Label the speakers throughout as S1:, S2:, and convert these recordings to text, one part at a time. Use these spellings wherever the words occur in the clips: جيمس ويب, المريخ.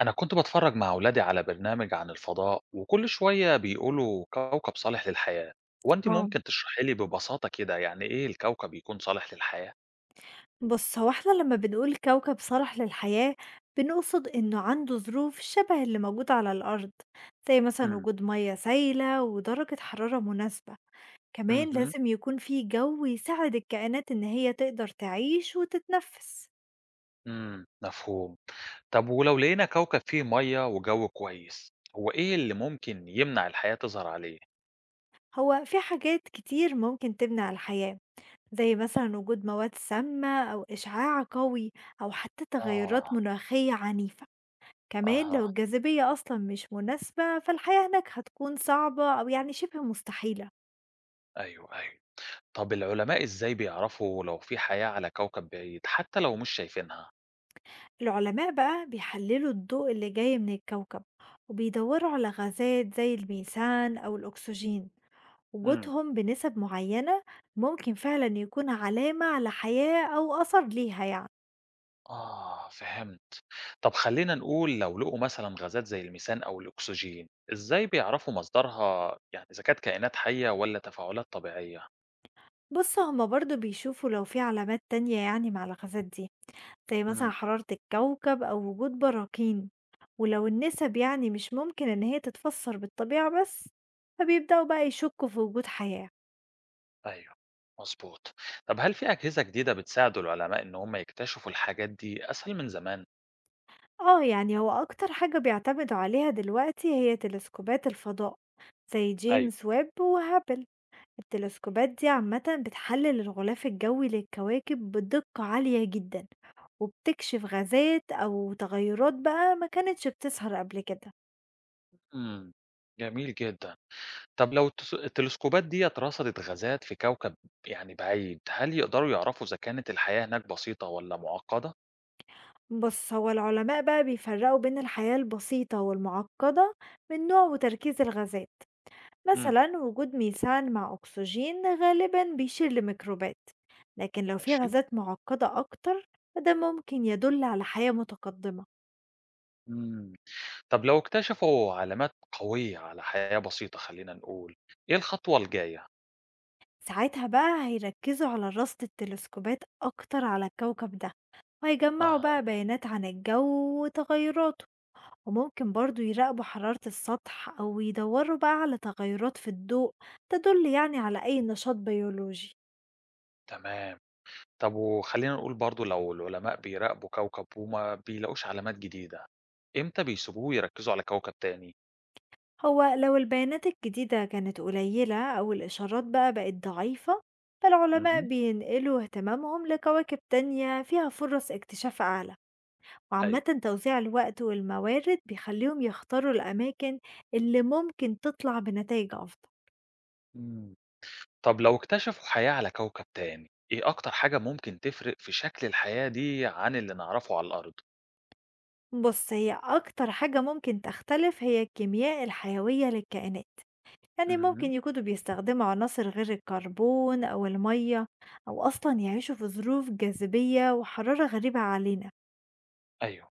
S1: أنا كنت بتفرج مع أولادي على برنامج عن الفضاء وكل شوية بيقولوا كوكب صالح للحياة. هو أنت
S2: آه،
S1: ممكن تشرحي لي ببساطة كده يعني إيه الكوكب يكون صالح للحياة؟
S2: بُص هو إحنا لمّا بنقول كوكب صلح للحياة، بنقصد إنه عنده ظروف شبه اللي موجودة على الأرض، زي مثلًا
S1: امم.
S2: وجود مَيَّة سايلة ودرجة حرارة مناسبة، كمان
S1: امم.
S2: لازم يكون في جو يساعد الكائنات إن هي تقدر تعيش وتتنفس.
S1: مفهوم. طب ولو لقينا كوكب فيه مية وجو كويس هو إيه اللي ممكن يمنع الحياة تظهر عليه؟
S2: هو في حاجات كتير ممكن تمنع الحياة، زي مثلًا وجود مواد سامة أو إشعاع قوي أو حتى
S1: آه.
S2: تغيرات مناخية عنيفة. كمان لو
S1: أها.
S2: الجاذبية أصلا مش مناسبة فالحياة هناك هتكون صعبة أو يعني شبه مستحيلة.
S1: أيوه، أيوه. طب العلماء إزاي بيعرفوا لو في حياة على كوكب بعيد حتى لو مش شايفينها؟
S2: العلماء بقى بيحللوا الضوء اللي جاي من الكوكب وبيدوروا على غازات زي الميثان أو الأكسجين، وجودهم بنسب معينة ممكن فعلا يكون علامة على حياة أو أثر ليها يعني.
S1: آه، فهمت. طب خلينا نقول لو لقوا مثلا غازات زي الميثان أو الأكسجين إزاي بيعرفوا مصدرها يعني إذا كانت كائنات حية ولا تفاعلات طبيعية؟
S2: بص هما برضو بيشوفوا لو في علامات تانية يعني مع الغازات دي، زي مثلًا
S1: امم.
S2: حرارة الكوكب أو وجود براكين، ولو النسب يعني مش ممكن إن هي تتفسر بالطبيعة بس، فبيبدأوا بقى يشكوا في وجود حياة.
S1: أيوه. مظبوط. طب هل في أجهزة جديدة بتساعد العلماء إن هم يكتشفوا الحاجات دي أسهل من زمان؟
S2: آه يعني هو أكتر حاجة بيعتمدوا عليها دلوقتي هي تلسكوبات الفضاء زي
S1: أيوه.
S2: جيمس ويب وهابل، التلسكوبات دي عامةً بتحلل الغلاف الجوي للكواكب بدقة عالية جدًا، وبتكشف غازات أو تغيرات بقى ما كانتش بتظهر قبل كده.
S1: امم. جميل جدا. طب لو التلسكوبات ديت رصدت غازات في كوكب يعني بعيد هل يقدروا يعرفوا إذا كانت الحياة هناك بسيطة ولا معقدة؟
S2: بُص، هو العلماء بقى بيفرّقوا بين الحياة البسيطة والمُعقّدة من نوع وتركيز الغازات،
S1: امم.
S2: مثلًا وجود ميثان مع أكسجين غالبًا بيشير لميكروبات، لكن لو في
S1: ماشي.
S2: غازات مُعقّدة أكتر فده ممكن يدُل على حياة متقدمة،
S1: امم. طب لو اكتشفوا علامات قوية على حياة بسيطة خلينا نقول، إيه الخطوة الجاية؟
S2: ساعتها بقى هيركّزوا على رصد التلسكوبات أكتر على الكوكب ده، وهيجمّعوا
S1: أها،
S2: بقى بيانات عن الجو وتغيراته. وممكن برضو يراقبوا حرارة السطح أو يدوروا بقى على تغيرات في الضوء تدل يعني على أي نشاط بيولوجي.
S1: تمام. طب وخلينا نقول برضه لو العلماء بيراقبوا كوكب وما بيلاقوش علامات جديدة، إمتى بيسيبوه ويركزوا على كوكب تاني؟
S2: هو لو البيانات الجديدة كانت قليلة أو الإشارات بقى بقت ضعيفة فالعلماء
S1: اهم،
S2: بينقلوا اهتمامهم لكواكب تانية فيها فرص اكتشاف أعلى،
S1: أيوه.
S2: وعامة توزيع الوقت والموارد بيخليهم يختاروا الأماكن اللي ممكن تطلع بنتائج أفضل.
S1: إمم. طب لو اكتشفوا حياة على كوكب تاني، إيه أكتر حاجة ممكن تفرق في شكل الحياة دي عن اللي نعرفه على الأرض؟
S2: بص هي أكتر حاجة ممكن تختلف هي الكيمياء الحيوية للكائنات، يعني
S1: اهم،
S2: ممكن يكونوا بيستخدموا عناصر غير الكربون أو المية أو أصلا يعيشوا في ظروف جاذبية وحرارة غريبة علينا.
S1: أيوه.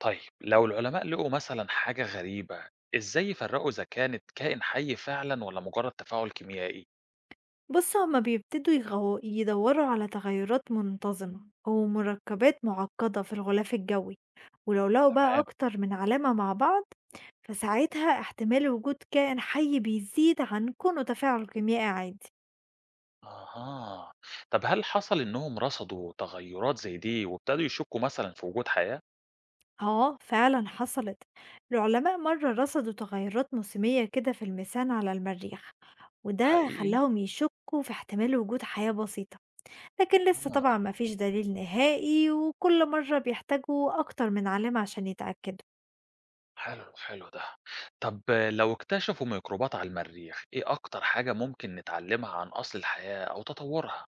S1: طيب لو العلماء لقوا مثلا حاجة غريبة ازاي يفرقوا اذا كانت كائن حي فعلا ولا مجرد تفاعل كيميائي؟
S2: بص هما بيبتدوا يدوروا على تغيرات منتظمة أو مركبات معقدة في الغلاف الجوي، ولو لقوا بقى
S1: تمام.
S2: أكتر من علامة مع بعض فساعتها احتمال وجود كائن حي بيزيد عن كونه تفاعل كيميائي عادي.
S1: اها. طب هل حصل انهم رصدوا تغيرات زي دي وابتدوا يشكوا مثلا في وجود حياة؟
S2: اه فعلا حصلت، العلماء مرة رصدوا تغيرات موسمية كده في الميثان على المريخ، وده
S1: حقيقي.
S2: خلاهم يشكوا في احتمال وجود حياة بسيطة، لكن لسه
S1: آه.
S2: طبعا مفيش دليل نهائي وكل مرة بيحتاجوا أكتر من علامة عشان يتأكدوا.
S1: حلو حلو ده. طب لو اكتشفوا ميكروبات على المريخ ايه اكتر حاجة ممكن نتعلمها عن اصل الحياة او تطورها؟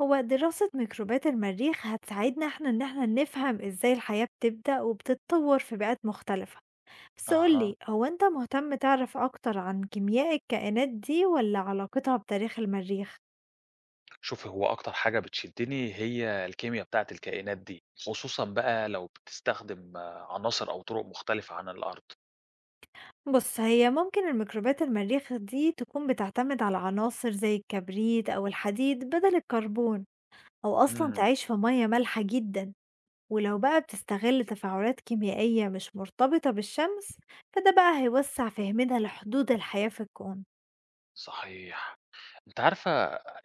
S2: هو دراسة ميكروبات المريخ هتساعدنا احنا ان احنا نفهم ازاي الحياة بتبدأ وبتتطور في بيئات مختلفة. بس
S1: اها،
S2: قولي هو انت مهتم تعرف اكتر عن كيمياء الكائنات دي ولا علاقتها بتاريخ المريخ؟
S1: شوفي هو أكتر حاجة بتشدني هي الكيميا بتاعة الكائنات دي، خصوصًا بقى لو بتستخدم عناصر أو طرق مختلفة عن الأرض.
S2: بص هي ممكن الميكروبات المريخ دي تكون بتعتمد على عناصر زي الكبريت أو الحديد بدل الكربون أو أصلًا
S1: إمم،
S2: تعيش في مَيّة مالحة جدًا، ولو بقى بتستغل تفاعلات كيميائية مش مرتبطة بالشمس، فده بقى هيوسّع فهمنا لحدود الحياة في الكون.
S1: صحيح. أنتِ عارفة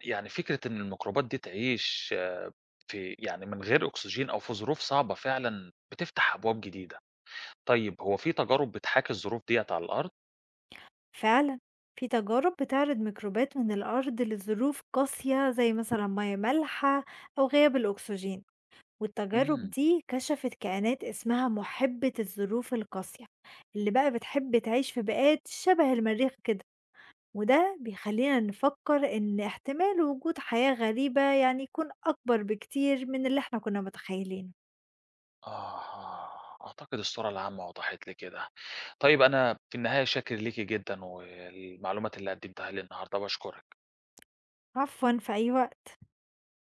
S1: يعني فكرة إن الميكروبات دي تعيش في يعني من غير أكسجين أو في ظروف صعبة فعلًا بتفتح أبواب جديدة. طيب هو في تجارب بتحاكي الظروف ديّة على الأرض؟
S2: فعلًا في تجارب بتعرض ميكروبات من الأرض لظروف قاسية زي مثلًا مَيّة مالحة أو غياب الأكسجين، والتجارب
S1: إمم،
S2: دي كشفت كائنات اسمها مُحبّة الظروف القاسية، اللي بقى بتحب تعيش في بيئات شبه المريخ كده. وده بيخلّينا نفكّر إن احتمال وجود حياة غريبة يعني يكون أكبر بكتير من اللي إحنا كنا متخيّلينه.
S1: آه، أعتقد الصورة العامة وضحت لي كده. طيب أنا في النهاية شاكر ليكِ جدًا، والمعلومات اللي قدمتيها لي النهارده، باشكرِك.
S2: عفوًا، في أي وقت.